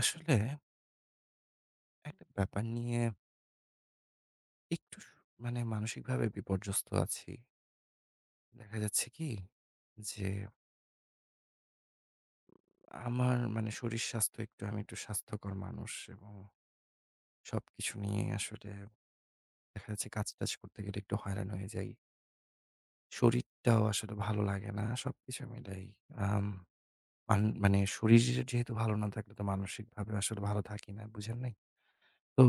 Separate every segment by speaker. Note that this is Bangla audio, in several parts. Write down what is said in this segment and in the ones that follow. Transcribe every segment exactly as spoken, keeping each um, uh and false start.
Speaker 1: আসলে একটা ব্যাপার নিয়ে একটু স মানে মানসিকভাবে বিপর্যস্ত আছি। দেখা যাচ্ছে কি? যে আমার মানে শরীর স্বাস্থ্য একটু আমি একটু স্বাস্থ্যকর মানুষ এবং সবকিছু নিয়ে আসলে দেখা যাচ্ছে কাজ-টাজ করতে গেলে একটু হয়রান হয়ে যাই। শরীরটাও আসলে ভালো লাগে না। সবকিছু মিলাই আম মান মানে শরীর যেহেতু ভালো না থাকলে তো মানসিকভাবে আসলে ভালো থাকি না। বুঝেন নাই? তো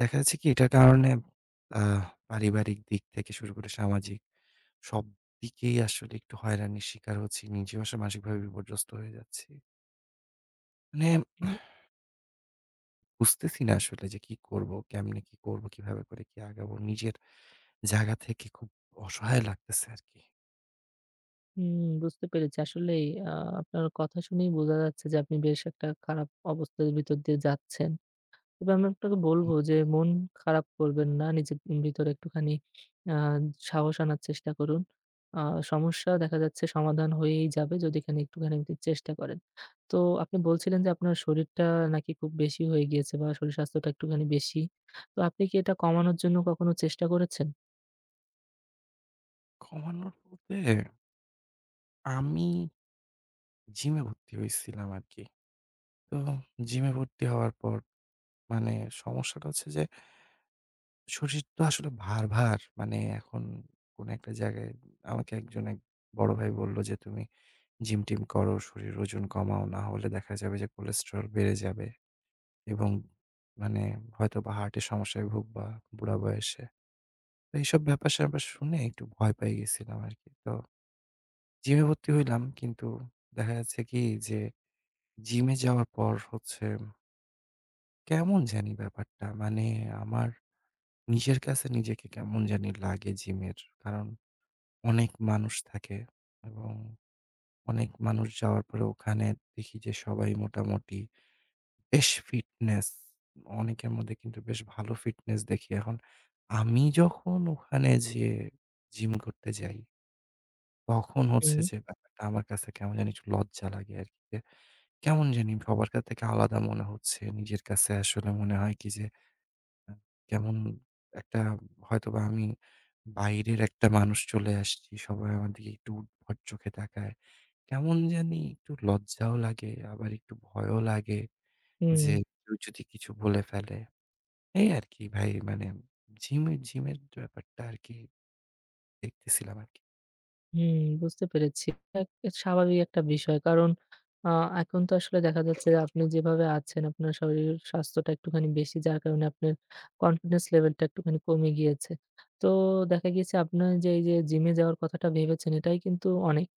Speaker 1: দেখা যাচ্ছে কি এটার কারণে আ পারিবারিক দিক থেকে শুরু করে সামাজিক সব দিকেই আসলে একটু হয়রানির শিকার হচ্ছি। নিজেও আসলে মানসিকভাবে বিপর্যস্ত হয়ে যাচ্ছি। মানে
Speaker 2: হুম,
Speaker 1: বুঝতেছি না আসলে যে কি করব? কেমনে কি করব? কিভাবে করে কি আগাবো? নিজের জায়গা থেকে খুব অসহায় লাগতেছে আরকি।
Speaker 2: হুম, বুঝতে পেরেছি। আসলেই আ আপনার কথা শুনেই বোঝা যাচ্ছে যে আপনি বেশ একটা খারাপ অবস্থার ভিতর দিয়ে যাচ্ছেন। তবে আমি আপনাকে বলব
Speaker 1: উম
Speaker 2: যে মন খারাপ করবেন না। নিজের ভিতরে একটুখানি আ সাহস আনার চেষ্টা করুন। আ সমস্যা দেখা যাচ্ছে সমাধান হয়েই যাবে যদি খানি একটুখানি আপনি চেষ্টা করেন। তো আপনি বলছিলেন যে আপনার শরীরটা নাকি খুব বেশি হয়ে গিয়েছে বা শরীর স্বাস্থ্যটা একটুখানি বেশি। তো আপনি কি এটা কমানোর জন্য কখনো চেষ্টা করেছেন?
Speaker 1: কমানোর বলতে আমি জিমে ভর্তি হইছিলাম আরকি। তো জিমে ভর্তি হওয়ার পর মানে সমস্যাটা হচ্ছে যে শরীর তো আসলে ভার-ভার। মানে এখন কোন একটা জায়গায় আমাকে একজন এক বড় ভাই বলল যে, "তুমি জিম-টিম করো, শরীর ওজন কমাও। না হলে দেখা যাবে যে কোলেস্টেরল বেড়ে যাবে এবং মানে হয়তোবা হার্টের সমস্যায় ভুগবা বুড়া বয়সে।" তো এইসব ব্যাপার-স্যাপার শুনে একটু ভয় পেয়ে গেছিলাম আরকি। তো জিমে ভর্তি হইলাম কিন্তু দেখা যাচ্ছে কি যে জিমে যাওয়ার পর হচ্ছে কেমন জানি ব্যাপারটা মানে আমার নিজের কাছে নিজেকে কেমন জানি লাগে জিমের। কারণ অনেক মানুষ থাকে এবং অনেক মানুষ যাওয়ার পরে ওখানে দেখি যে সবাই মোটামুটি বেশ ফিটনেস। অনেকের মধ্যে কিন্তু বেশ ভালো ফিটনেস দেখি। এখন আমি যখন ওখানে যেয়ে জিম করতে যাই, তখন হচ্ছে
Speaker 2: হুম,
Speaker 1: যে ব্যাপারটা আমার কাছে কেমন জানি একটু লজ্জা লাগে আরকি যে, কেমন জানি সবার কাছ থেকে আলাদা মনে হচ্ছে। নিজের কাছে আসলে মনে হয় কি যে আ কেমন একটা হয়তোবা আমি বাইরের একটা মানুষ চলে আসছি। সবাই আমার দিকে একটু উদ্ভট চোখে তাকায়। কেমন জানি একটু লজ্জাও লাগে, আবার একটু ভয়ও লাগে যে
Speaker 2: হুম।
Speaker 1: কেউ যদি কিছু বলে ফেলে। এই আরকি ভাই মানে জিমে জিমের ব্যাপারটা আরকি দেখতেছিলাম আরকি।
Speaker 2: হুম, বুঝতে পেরেছি। এক এক স্বাভাবিক একটা বিষয়। কারণ আ এখন তো আসলে দেখা যাচ্ছে যে আপনি যেভাবে আছেন আপনার শরীর স্বাস্থ্যটা একটুখানি বেশি যার কারণে আপনার কনফিডেন্স লেভেলটা একটুখানি কমে গিয়েছে। তো দেখা গিয়েছে আপনার যে এই যে জিমে যাওয়ার কথাটা ভেবেছেন এটাই কিন্তু অনেক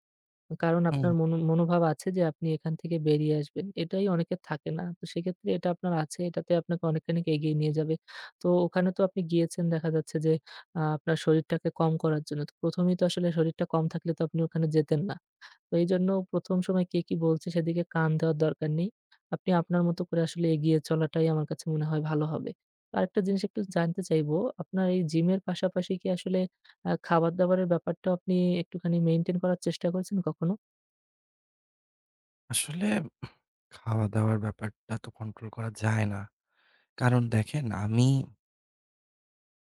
Speaker 2: কারণ
Speaker 1: হুম,
Speaker 2: আপনার মনো মনোভাব আছে যে আপনি এখান থেকে বেরিয়ে আসবেন। এটাই অনেকের থাকে না। তো সেক্ষেত্রে এটা আপনার আছে, এটাতে আপনাকে অনেকখানি এগিয়ে নিয়ে যাবে। তো ওখানে তো আপনি গিয়েছেন দেখা যাচ্ছে যে আ আপনার শরীরটাকে কম করার জন্য। তো প্রথম এই তো আসলে শরীরটা কম থাকলে তো আপনি ওখানে যেতেন না। তো এইজন্য প্রথম সময় কে কি বলছে সেদিকে কান দেওয়ার দরকার নেই। আপনি আপনার মতো করে আসলে এগিয়ে চলাটাই আমার কাছে মনে হয় ভালো হবে। আরেকটা জিনিস একটু জানতে চাইবো, আপনার এই জিমের পাশাপাশি কি আসলে আ খাবার-দাবারের ব্যাপারটাও আপনি একটুখানি মেইনটেইন করার চেষ্টা করেছেন কখনো?
Speaker 1: আসলে খাওয়া-দাওয়ার ব্যাপারটা তো কন্ট্রোল করা যায় না। কারণ দেখেন আমি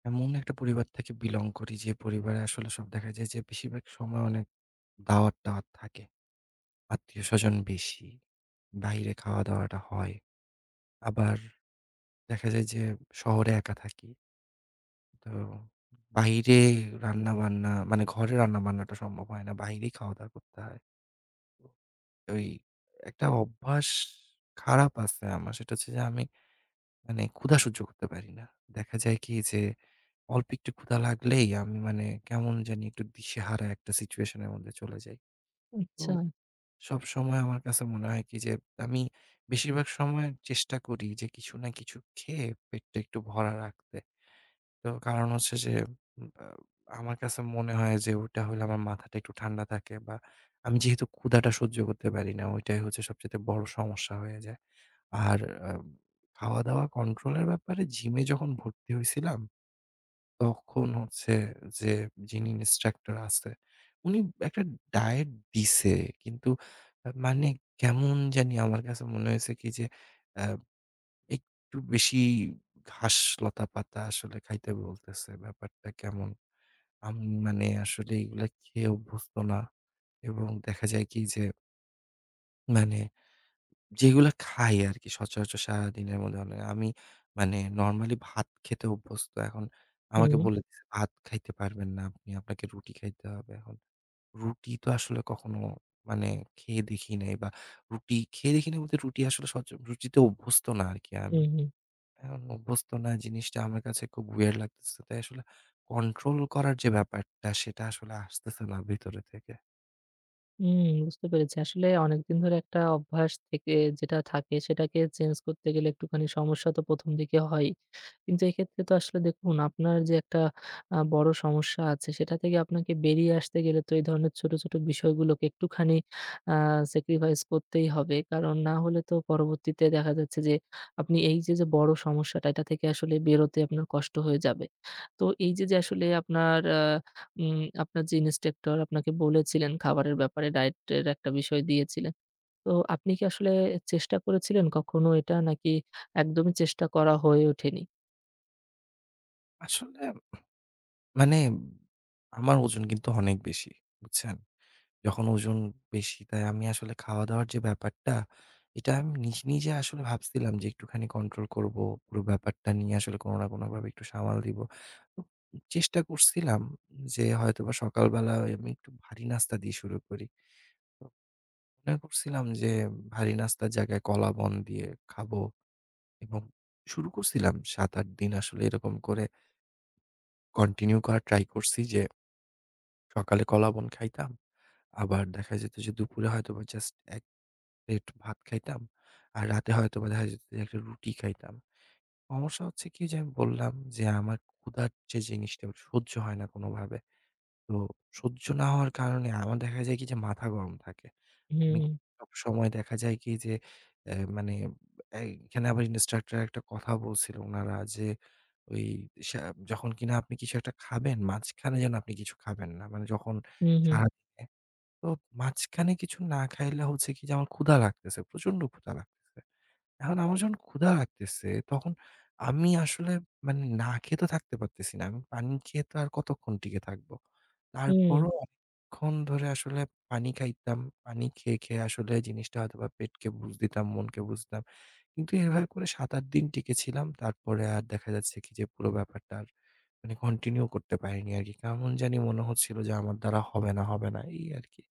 Speaker 1: এমন একটা পরিবার থেকে বিলং করি যে পরিবারে আসলে সব দেখা যায় যে বেশিরভাগ সময় অনেক দাওয়াত-টাওয়াত থাকে। আত্মীয়স্বজন বেশি। বাইরে খাওয়া-দাওয়াটা হয়। আবার দেখা যায় যে শহরে একা থাকি। তো বাইরে রান্নাবান্না মানে ঘরে রান্নাবান্নাটা সম্ভব হয় না। বাইরেই খাওয়া-দাওয়া করতে হয়। ওই একটা অভ্যাস খারাপ আছে আমার। সেটা হচ্ছে যে আমি মানে ক্ষুধা সহ্য করতে পারি না। দেখা যায় কি যে অল্প একটু ক্ষুধা লাগলেই আমি মানে কেমন জানি একটু দিশেহারা একটা সিচুয়েশন এর মধ্যে চলে যাই। তো
Speaker 2: আচ্ছা।
Speaker 1: সবসময় আমার কাছে মনে হয় কি যে আমি বেশিরভাগ সময় চেষ্টা করি যে কিছু না কিছু খেয়ে পেটটা একটু ভরা রাখতে। তো কারণ হচ্ছে যে উম আ আমার কাছে মনে হয় যে ওটা হলে আমার মাথাটা একটু ঠান্ডা থাকে বা আমি যেহেতু ক্ষুধাটা সহ্য করতে পারি না, ওইটাই হচ্ছে সবচাইতে বড় সমস্যা হয়ে যায়। আর আ খাওয়া-দাওয়া কন্ট্রোলের ব্যাপারে জিমে যখন ভর্তি হইছিলাম, তখন হচ্ছে যে যিনি ইন্সট্রাক্টর আছে, উনি একটা ডায়েট দিছে। কিন্তু আ মানে কেমন জানি আমার কাছে মনে হয়েছে কি যে আ একটু বেশি ঘাস লতাপাতা আসলে খাইতে বলতেছে। ব্যাপারটা কেমন? আমি মানে আসলে এগুলা খেয়ে অভ্যস্ত না এবং দেখা যায় কি যে মানে যেগুলা খাই আরকি সচরাচর সারাদিনের মধ্যে মানে আমি মানে নরমালি ভাত খেতে অভ্যস্ত। এখন আমাকে
Speaker 2: হুম,
Speaker 1: হুম। বলে দিছে, "ভাত খাইতে পারবেন না আপনি। আপনাকে রুটি খাইতে হবে।" এখন রুটি তো আসলে কখনো মানে খেয়ে দেখি নাই বা রুটি খেয়ে দেখি নাই বলতে রুটি আসলে সচ রুটিতে অভ্যস্ত না আরকি আমি।
Speaker 2: হুম, হুম,
Speaker 1: এখন অভ্যস্ত না জিনিসটা আমার কাছে খুব weird লাগতেছে। তাই আসলে কন্ট্রোল করার যে ব্যাপারটা সেটা আসলে আসতেছে না ভিতরে থেকে।
Speaker 2: হুম, বুঝতে পেরেছি। আসলে অনেকদিন ধরে একটা অভ্যাস থেকে যেটা থাকে সেটাকে চেঞ্জ করতে গেলে একটুখানি সমস্যা তো প্রথম দিকে হয়ই। কিন্তু এক্ষেত্রে তো আসলে দেখুন আপনার যে একটা আ বড় সমস্যা আছে সেটা থেকে আপনাকে বেরিয়ে আসতে গেলে তো এই ধরনের ছোট, ছোট বিষয়গুলোকে একটুখানি আ স্যাক্রিফাইস করতেই হবে। কারণ না হলে তো পরবর্তীতে দেখা যাচ্ছে যে আপনি এই যে, যে বড় সমস্যাটা এটা থেকে আসলে বেরোতে আপনার কষ্ট হয়ে যাবে। তো এই যে, যে আসলে আপনার আ উম আপনার যে ইন্সট্রাক্টর আপনাকে বলেছিলেন খাবারের ব্যাপারে ডায়েটের একটা বিষয় দিয়েছিলেন। তো আপনি কি আসলে চেষ্টা করেছিলেন কখনো এটা নাকি একদমই চেষ্টা করা হয়ে ওঠেনি?
Speaker 1: আসলে মানে আমার ওজন কিন্তু অনেক বেশি, বুঝছেন? যখন ওজন বেশি তাই আমি আসলে খাওয়া-দাওয়ার যে ব্যাপারটা এটা আমি নিজ নিজে আসলে ভাবছিলাম যে একটুখানি কন্ট্রোল করব। পুরো ব্যাপারটা নিয়ে আসলে কোনো না কোনোভাবে একটু সামাল দিব। তো চেষ্টা করছিলাম যে হয়তোবা সকালবেলা আমি একটু ভারী নাস্তা দিয়ে শুরু করি। না করছিলাম যে ভারী নাস্তার জায়গায় কলা বন দিয়ে খাবো এবং শুরু করছিলাম সাত আট দিন আসলে এরকম করে কন্টিনিউ করা ট্রাই করছি যে সকালে কলা বন খাইতাম। আবার দেখা যেত যে দুপুরে হয়তোবা জাস্ট এক প্লেট ভাত খাইতাম। আর রাতে হয়তোবা দেখা যেত যে একটা রুটি খাইতাম। সমস্যা হচ্ছে কি যে আমি বললাম যে আমার ক্ষুধার যে জিনিসটা সহ্য হয় না কোনোভাবে। তো সহ্য না হওয়ার কারণে আমার দেখা যায় কি যে মাথা গরম থাকে।
Speaker 2: হুম,
Speaker 1: আমি
Speaker 2: হুম,
Speaker 1: সবসময় দেখা যায় কি যে এ মানে এই, এখানে আবার ইন্সট্রাক্টর একটা কথা বলছিল উনারা যে ওই সা যখন কিনা আপনি কিছু একটা খাবেন মাঝখানে যেন আপনি কিছু খাবেন না। মানে যখন
Speaker 2: হুম,
Speaker 1: সারাদিনে তো মাঝখানে কিছু না খাইলে হচ্ছে কি যে আমার ক্ষুধা লাগতেছে, প্রচন্ড ক্ষুধা লাগতেছে। এখন আমার যখন ক্ষুধা লাগতেছে, তখন আমি আসলে মানে না খেয়ে তো থাকতে পারতেছি না। আমি পানি খেয়ে তো আর কতক্ষণ টিকে থাকবো?
Speaker 2: হুম,
Speaker 1: তারপরও অনেকক্ষণ ধরে আসলে পানি খাইতাম। পানি খেয়ে, খেয়ে আসলে জিনিসটা হয়তোবা পেটকে বুঝ দিতাম, মনকে বুঝ দিতাম। কিন্তু এভাবে করে সাত আট দিন টিকেছিলাম। তারপরে আর দেখা যাচ্ছে কি যে পুরো ব্যাপারটা আর মানে কন্টিনিউ করতে পারিনি আরকি। কেমন জানি মনে হচ্ছিল যে আমার দ্বারা হবে না, হবে না এই আরকি।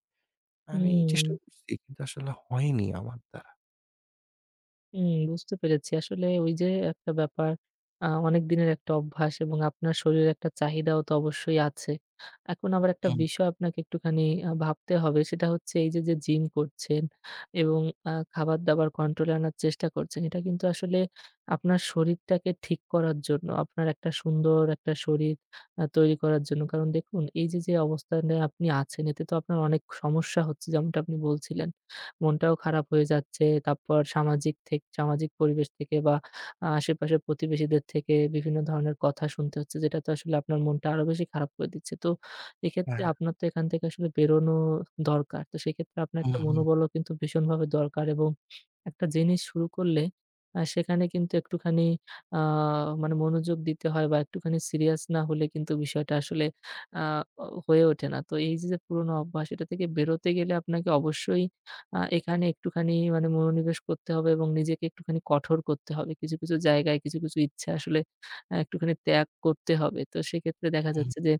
Speaker 1: আমি চেষ্টা
Speaker 2: হুম,
Speaker 1: করছি কিন্তু আসলে হয়নি আমার দ্বারা।
Speaker 2: হুম, বুঝতে পেরেছি। আসলে ওই যে একটা ব্যাপার আ অনেক দিনের একটা অভ্যাস এবং আপনার শরীরের একটা চাহিদাও তো অবশ্যই আছে। এখন আবার একটা
Speaker 1: হুম।
Speaker 2: বিষয় আপনাকে একটুখানি আ ভাবতে হবে সেটা হচ্ছে এই যে, যে জিম করছেন এবং আ খাবার-দাবার কন্ট্রোলে আনার চেষ্টা করছেন। এটা কিন্তু আসলে আপনার শরীরটাকে ঠিক করার জন্য, আপনার একটা সুন্দর একটা শরীর আ তৈরি করার জন্য। কারণ দেখুন এই যে, যে অবস্থানে আপনি আছেন এতে তো আপনার অনেক সমস্যা হচ্ছে যেমনটা আপনি বলছিলেন। মনটাও খারাপ হয়ে যাচ্ছে। তারপর সামাজিক থেক সামাজিক পরিবেশ থেকে বা আ আশেপাশের প্রতিবেশীদের থেকে বিভিন্ন ধরনের কথা শুনতে হচ্ছে, যেটা তো আসলে আপনার মনটা আরো বেশি খারাপ করে দিচ্ছে। তো এক্ষেত্রে
Speaker 1: হ্যাঁ।
Speaker 2: আপনার তো এখান থেকে আসলে বেরোনো দরকার। তো সেক্ষেত্রে আপনার
Speaker 1: হুম,
Speaker 2: একটা
Speaker 1: হুম।
Speaker 2: মনোবলও কিন্তু ভীষণভাবে দরকার এবং একটা জিনিস শুরু করলে আ সেখানে কিন্তু একটুখানি আ মানে মনোযোগ দিতে হয় বা একটুখানি সিরিয়াস না হলে কিন্তু বিষয়টা আসলে আ অ হয়ে ওঠে না। তো এই যে, যে পুরোনো অভ্যাস, এটা থেকে বেরোতে গেলে আপনাকে অবশ্যই আ এখানে একটুখানি মানে মনোনিবেশ করতে হবে এবং নিজেকে একটুখানি কঠোর করতে হবে। কিছু, কিছু জায়গায় কিছু, কিছু ইচ্ছা আসলে আ একটুখানি ত্যাগ করতে হবে। তো সেক্ষেত্রে দেখা
Speaker 1: হুম,
Speaker 2: যাচ্ছে যে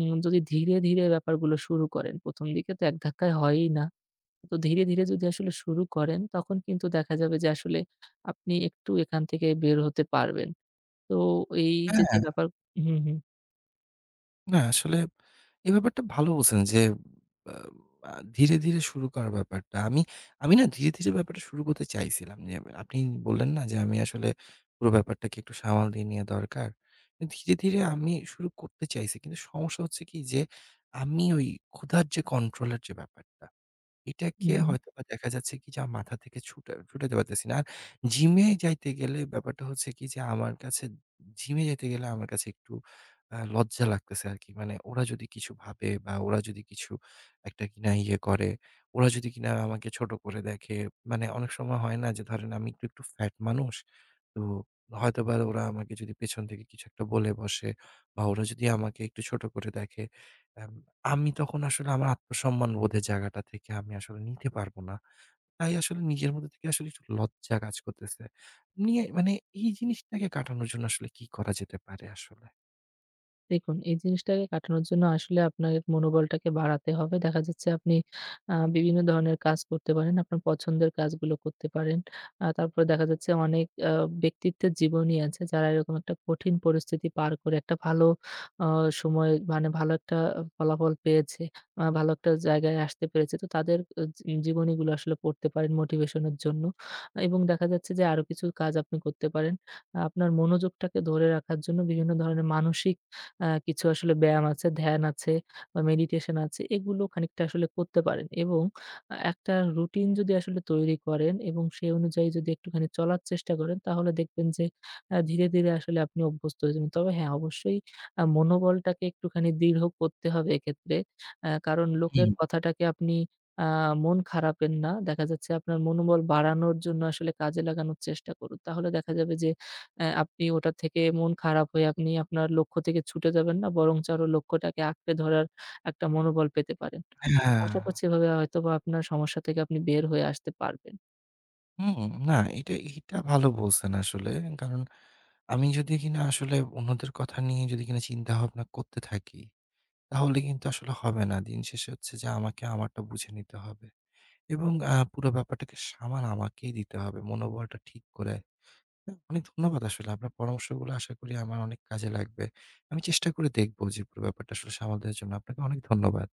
Speaker 2: উম যদি ধীরে, ধীরে ব্যাপারগুলো শুরু করেন প্রথম দিকে তো এক ধাক্কায় হয়ই না। তো ধীরে, ধীরে যদি আসলে শুরু করেন তখন কিন্তু দেখা যাবে যে আসলে আপনি একটু এখান থেকে বের হতে পারবেন। তো এই যে, যে
Speaker 1: হ্যাঁ,
Speaker 2: ব্যাপার হুম, হুম।
Speaker 1: না আসলে এই ব্যাপারটা ভালো বলছেন যে আ আ ধীরে, ধীরে শুরু করার ব্যাপারটা। আমি আমি না ধীরে, ধীরে ব্যাপারটা শুরু করতে চাইছিলাম। যে আপনি বললেন না যে আমি আসলে পুরো ব্যাপারটাকে একটু সামাল দিয়ে নেয়া দরকার। ধীরে, ধীরে আমি শুরু করতে চাইছি। কিন্তু সমস্যা হচ্ছে কি যে আমি ওই ক্ষুধার যে কন্ট্রোল এর যে ব্যাপারটা
Speaker 2: হুম,
Speaker 1: এটাকে
Speaker 2: হুম।
Speaker 1: হয়তোবা দেখা যাচ্ছে কি যে আমার মাথা থেকে ছুটা ছুটাতে পারতেছি না। আর জিমে যাইতে গেলে ব্যাপারটা হচ্ছে কি যে আমার কাছে জিমে যাইতে গেলে আমার কাছে একটু আ লজ্জা লাগতেছে আরকি। মানে ওরা যদি কিছু ভাবে বা ওরা যদি কিছু একটা কিনা ইয়ে করে, ওরা যদি কিনা আমাকে ছোট করে দেখে, মানে অনেক সময় হয় না যে ধরেন আমি একটু, একটু ফ্যাট মানুষ। তো হয়তোবা ওরা আমাকে যদি পেছন থেকে কিছু একটা বলে বসে বা ওরা যদি আমাকে একটু ছোট করে দেখে আম আমি তখন আসলে আমার আত্মসম্মান বোধের জায়গাটা থেকে আমি আসলে নিতে পারব না। তাই আসলে নিজের মধ্যে থেকে আসলে একটু লজ্জা কাজ করতেছে। নিয়ে মানে এই জিনিসটাকে কাটানোর জন্য আসলে কি করা যেতে পারে আসলে?
Speaker 2: দেখুন, এই জিনিসটাকে কাটানোর জন্য আসলে আপনার মনোবলটাকে বাড়াতে হবে। দেখা যাচ্ছে আপনি আ বিভিন্ন ধরনের কাজ করতে পারেন। আপনার পছন্দের কাজগুলো করতে পারেন। আ তারপরে দেখা যাচ্ছে অনেক আ ব্যক্তিত্বের জীবনী আছে যারা এরকম একটা কঠিন পরিস্থিতি পার করে একটা ভালো আ সময় মানে ভালো একটা ফলাফল পেয়েছে। আ ভালো একটা জায়গায় আসতে পেরেছে। তো তাদের আ জী জীবনীগুলো আসলে পড়তে পারেন মোটিভেশন এর জন্য। এবং দেখা যাচ্ছে যে আরো কিছু কাজ আপনি করতে পারেন। আহ, আপনার মনোযোগটাকে ধরে রাখার জন্য বিভিন্ন ধরনের মানসিক আ কিছু আসলে ব্যায়াম আছে, ধ্যান আছে বা মেডিটেশন আছে। এগুলো খানিকটা আসলে করতে পারেন এবং আ একটা রুটিন যদি আসলে তৈরি করেন এবং সেই অনুযায়ী যদি একটুখানি চলার চেষ্টা করেন, তাহলে দেখবেন যে আ ধীরে, ধীরে আসলে আপনি অভ্যস্ত হয়ে যাবেন। তবে হ্যাঁ, অবশ্যই আ মনোবলটাকে একটুখানি দৃঢ় করতে হবে এক্ষেত্রে। আ কারণ লোকের
Speaker 1: হুম।
Speaker 2: কথাটাকে আপনি আ মন খারাপের না। দেখা যাচ্ছে আপনার মনোবল বাড়ানোর জন্য আসলে কাজে লাগানোর চেষ্টা করুন। তাহলে দেখা যাবে যে অ্যা আপনি ওটা থেকে মন খারাপ হয়ে আপনি আপনার লক্ষ্য থেকে ছুটে যাবেন না, বরঞ্চ আরো লক্ষ্যটাকে আঁকড়ে ধরার একটা মনোবল পেতে পারেন।
Speaker 1: হ্যাঁ,
Speaker 2: আশা করছি এভাবে হয়তোবা আপনার সমস্যা থেকে আপনি বের হয়ে আসতে পারবেন।
Speaker 1: হুম, না এটা এটা ভালো বলছেন আসলে। কারণ আমি যদি কিনা আসলে অন্যদের কথা নিয়ে যদি কিনা চিন্তা ভাবনা করতে থাকি, তাহলে কিন্তু আসলে হবে না। দিন শেষে হচ্ছে যে আমাকে আমারটা বুঝে নিতে হবে। এবং আ পুরো ব্যাপারটাকে সামাল আমাকেই দিতে হবে। মনোবলটা ঠিক করে না, অনেক ধন্যবাদ আসলে। আপনার পরামর্শগুলো আশা করি আমার অনেক কাজে লাগবে। আমি চেষ্টা করে দেখব যে পুরো ব্যাপারটা আসলে সামাল দেওয়ার জন্য। আপনাকে অনেক ধন্যবাদ।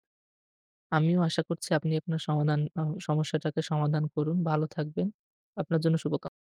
Speaker 2: আমিও আশা করছি আপনি আপনার সমাধান আ সমস্যাটাকে সমাধান করুন। ভালো থাকবেন। আপনার জন্য শুভ